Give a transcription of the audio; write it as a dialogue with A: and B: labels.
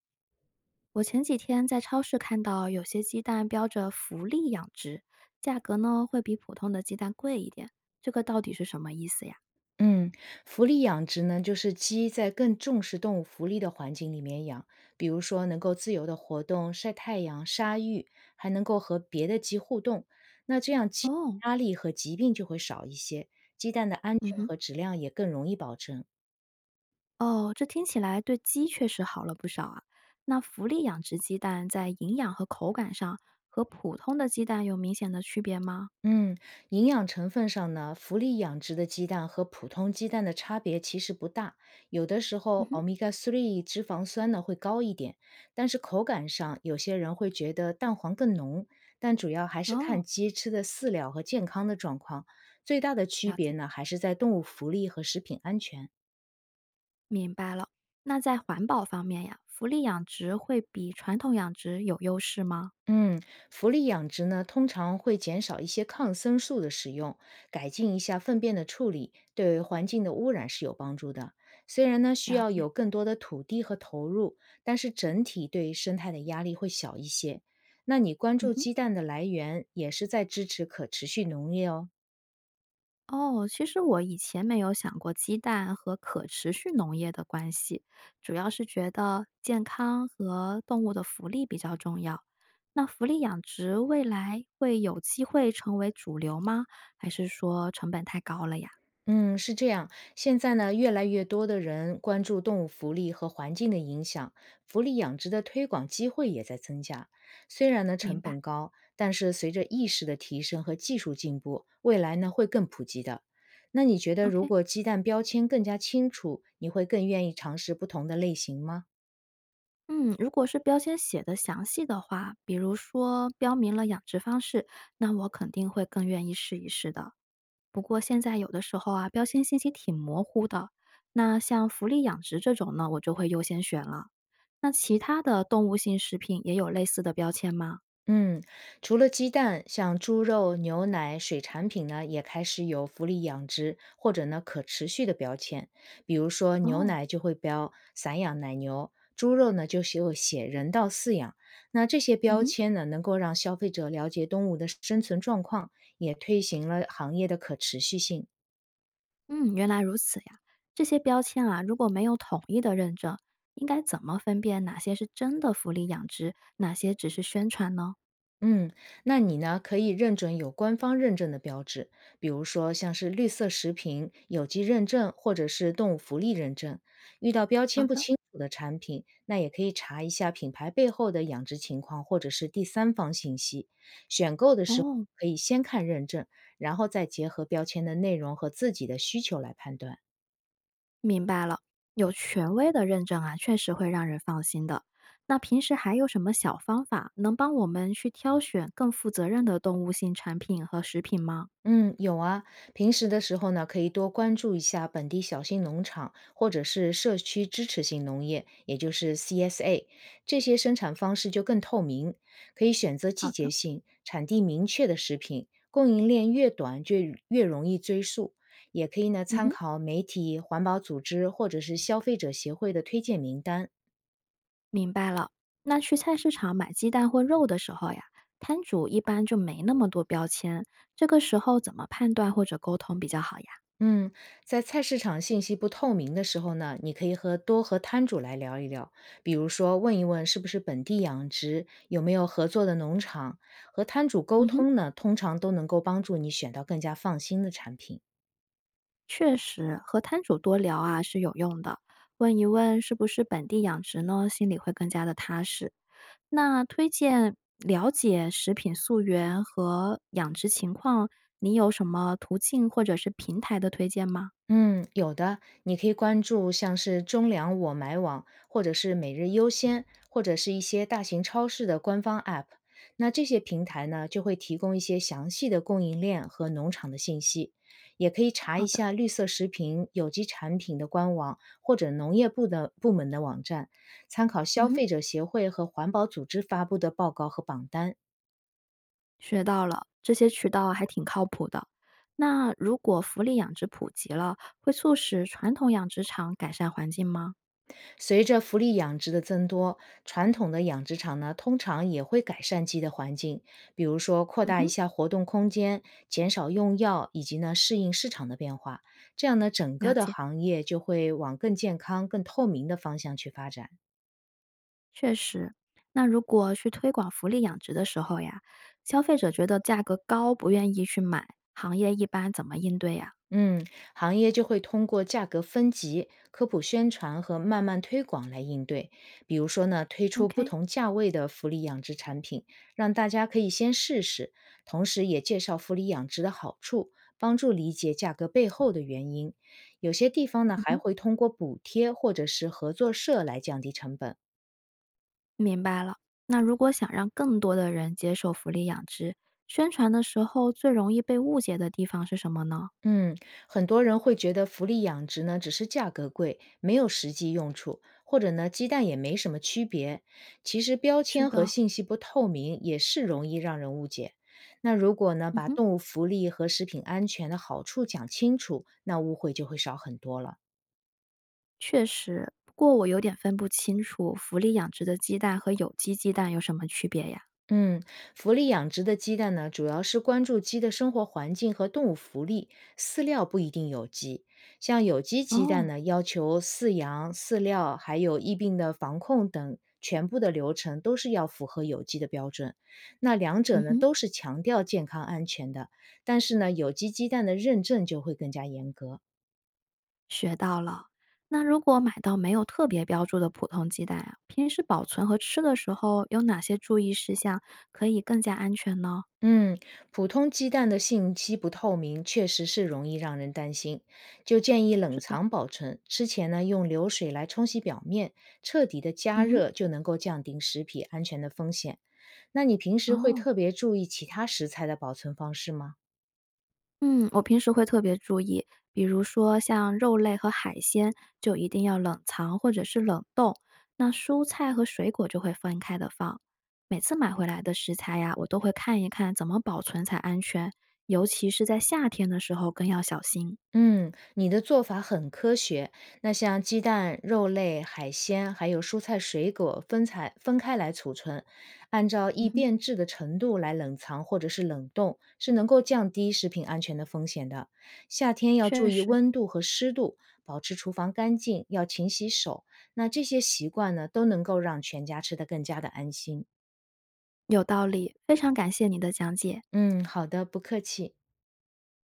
A: 我前几天在超市看到有些鸡蛋标着“福利养殖”，价格呢会比普通的鸡蛋贵一点，这个到底是什么意思呀？
B: 嗯，福利养殖呢，就是鸡在更重视动物福利的环境里面养，比如说能够自由的活动、晒太阳、沙浴，还能够和别的鸡互动。那这样鸡
A: 哦，
B: 压力和疾病就会少一些，鸡蛋的安
A: 嗯
B: 全
A: 哼，
B: 和质量也更容易保证。
A: 哦，这听起来对鸡确实好了不少啊。那福利养殖鸡蛋在营养和口感上和普通的鸡蛋有明显的区别吗？
B: 嗯，营养成分上呢，福利养殖的鸡蛋和普通鸡蛋的差别其实不大，有的时
A: 嗯
B: 候
A: 哼，
B: omega 3 脂肪酸呢会高一点，但是口感上有些人会觉得蛋黄更浓，但主要还是
A: 哦，
B: 看鸡吃的饲料和健康的状况，最大的区
A: 了
B: 别
A: 解，
B: 呢还是在动物福利和食品安全。
A: 明白了。那在环保方面呀，福利养殖会比传统养殖有优势吗？
B: 嗯，福利养殖呢，通常会减少一些抗生素的使用，改进一下粪便的处理，对环境的污染是有帮助的。虽然呢，需
A: 了
B: 要
A: 解，
B: 有更多的土地和投入，但是整体对生态的压力会小一些。那你关
A: 嗯
B: 注
A: 哼。
B: 鸡蛋的来源，也是在支持可持续农业哦。
A: 哦，其实我以前没有想过鸡蛋和可持续农业的关系，主要是觉得健康和动物的福利比较重要。那福利养殖未来会有机会成为主流吗？还是说成本太高了呀？
B: 嗯，是这样。现在呢，越来越多的人关注动物福利和环境的影响，福利养殖的推广机会也在增加。虽然呢
A: 明
B: 成
A: 白
B: 本高，但是随着意识的提升和技术进步，未来呢会更普及的。那你觉得，如
A: ，OK。
B: 果鸡蛋标签更加清楚，你会更愿意尝试不同的类型吗？
A: 嗯，如果是标签写的详细的话，比如说标明了养殖方式，那我肯定会更愿意试一试的。不过现在有的时候啊，标签信息挺模糊的，那像福利养殖这种呢，我就会优先选了。那其他的动物性食品也有类似的标签吗？
B: 嗯，除了鸡蛋，像猪肉、牛奶、水产品呢，也开始有福利养殖或者呢可持续的标签。比如说牛
A: 哦，
B: 奶就会标散养奶牛，猪肉呢就写有写人道饲养。那这些
A: 嗯
B: 标
A: 哼，
B: 签呢，能够让消费者了解动物的生存状况，也推行了行业的可持续性。
A: 嗯，原来如此呀。这些标签啊，如果没有统一的认证，应该怎么分辨哪些是真的福利养殖，哪些只是宣传呢？
B: 嗯，那你呢？可以认准有官方认证的标志，比如说像是绿色食品、有机认证或者是动物福利认证。遇到标
A: 好
B: 签不
A: 的，
B: 清楚的产品，那也可以查一下品牌背后的养殖情况或者是第三方信息。选购的时候
A: 哦，
B: 可以先看认证，然后再结合标签的内容和自己的需求来判断。
A: 明白了，有权威的认证啊，确实会让人放心的。那平时还有什么小方法能帮我们去挑选更负责任的动物性产品和食品吗？
B: 嗯，有啊。平时的时候呢，可以多关注一下本地小型农场或者是社区支持性农业，也就是 CSA，这些生产方式就更透明，可以选择季
A: 好
B: 节
A: 的，
B: 性、产地明确的食品，供应链越短就越容易追溯。也可以呢，
A: 嗯
B: 参
A: 哼，
B: 考媒体、环保组织或者是消费者协会的推荐名单。
A: 明白了。那去菜市场买鸡蛋或肉的时候呀，摊主一般就没那么多标签，这个时候怎么判断或者沟通比较好呀？
B: 嗯，在菜市场信息不透明的时候呢，你可以多和摊主来聊一聊，比如说问一问是不是本地养殖，有没有合作的农场，和摊主沟
A: 嗯哼，
B: 通呢，通常都能够帮助你选到更加放心的产品。
A: 确实和摊主多聊啊是有用的，问一问是不是本地养殖呢，心里会更加的踏实。那推荐了解食品溯源和养殖情况，你有什么途径或者是平台的推荐吗？
B: 嗯，有的，你可以关注像是中粮我买网，或者是每日优先，或者是一些大型超市的官方 App。那这些平台呢，就会提供一些详细的供应链和农场的信息，也可以查
A: 好
B: 一
A: 的，
B: 下绿色食品、有机产品的官网或者农业部的部门的网站，参考
A: 嗯
B: 消
A: 哼。
B: 费者协会和环保组织发布的报告和榜单。
A: 学到了，这些渠道还挺靠谱的。那如果福利养殖普及了，会促使传统养殖场改善环境吗？
B: 随着福利养殖的增多，传统的养殖场呢，通常也会改善鸡的环境，比如说扩
A: 嗯
B: 大一
A: 哼，
B: 下活动空间，减少用药，以及呢适应市场的变化。这样呢，整
A: 了
B: 个的
A: 解，
B: 行业就会往更健康、更透明的方向去发展。
A: 确实。那如果去推广福利养殖的时候呀，消费者觉得价格高，不愿意去买，行业一般怎么应对呀
B: 嗯，行业就会通过价格分级、科普宣传和慢慢推广来应对。比如说呢，推出不
A: ？OK，
B: 同价位的福利养殖产品，让大家可以先试试，同时也介绍福利养殖的好处，帮助理解价格背后的原因。有些地方呢，
A: 嗯
B: 还
A: 哼。
B: 会通过补贴或者是合作社来降低成本。
A: 明白了。那如果想让更多的人接受福利养殖，宣传的时候最容易被误解的地方是什么呢？
B: 嗯，很多人会觉得福利养殖呢只是价格贵，没有实际用处，或者呢鸡蛋也没什么区别。其实标
A: 是
B: 签和
A: 的，
B: 信息不透明也是容易让人误解。那如果呢
A: 嗯
B: 把
A: 哼，
B: 动物福利和食品安全的好处讲清楚，那误会就会少很多了。
A: 确实。不过我有点分不清楚福利养殖的鸡蛋和有机鸡蛋有什么区别呀？
B: 嗯，福利养殖的鸡蛋呢，主要是关注鸡的生活环境和动物福利，饲料不一定有机。像有机鸡蛋
A: 哦，
B: 呢，要求饲养、饲料还有疫病的防控等全部的流程都是要符合有机的标准。那两者
A: 嗯
B: 呢，
A: 哼，
B: 都是强调健康安全的，但是呢，有机鸡蛋的认证就会更加严格。
A: 学到了。那如果买到没有特别标注的普通鸡蛋啊，平时保存和吃的时候有哪些注意事项可以更加安全呢？
B: 嗯，普通鸡蛋的信息不透明，确实是容易让人担心，就建议冷
A: 是的，
B: 藏保存。吃前呢，用流水来冲洗表面，彻底的加
A: 嗯哼。
B: 热就能够降低食品安全的风险。那你平时会
A: 哦，
B: 特别注意其他食材的保存方式吗？
A: 嗯，我平时会特别注意，比如说像肉类和海鲜，就一定要冷藏或者是冷冻。那蔬菜和水果就会分开的放。每次买回来的食材呀，我都会看一看怎么保存才安全，尤其是在夏天的时候更要小心。
B: 嗯，你的做法很科学。那像鸡蛋、肉类、海鲜，还有蔬菜水果分采分开来储存，按照
A: 嗯
B: 易
A: 哼，
B: 变质的程度来冷藏或者是冷冻，是能够降低食品安全的风险的。夏天要
A: 确
B: 注意
A: 实，
B: 温度和湿度，保持厨房干净，要勤洗手。那这些习惯呢，都能够让全家吃得更加的安心。
A: 有道理，非常感谢你的讲解。
B: 嗯，好的，不客气。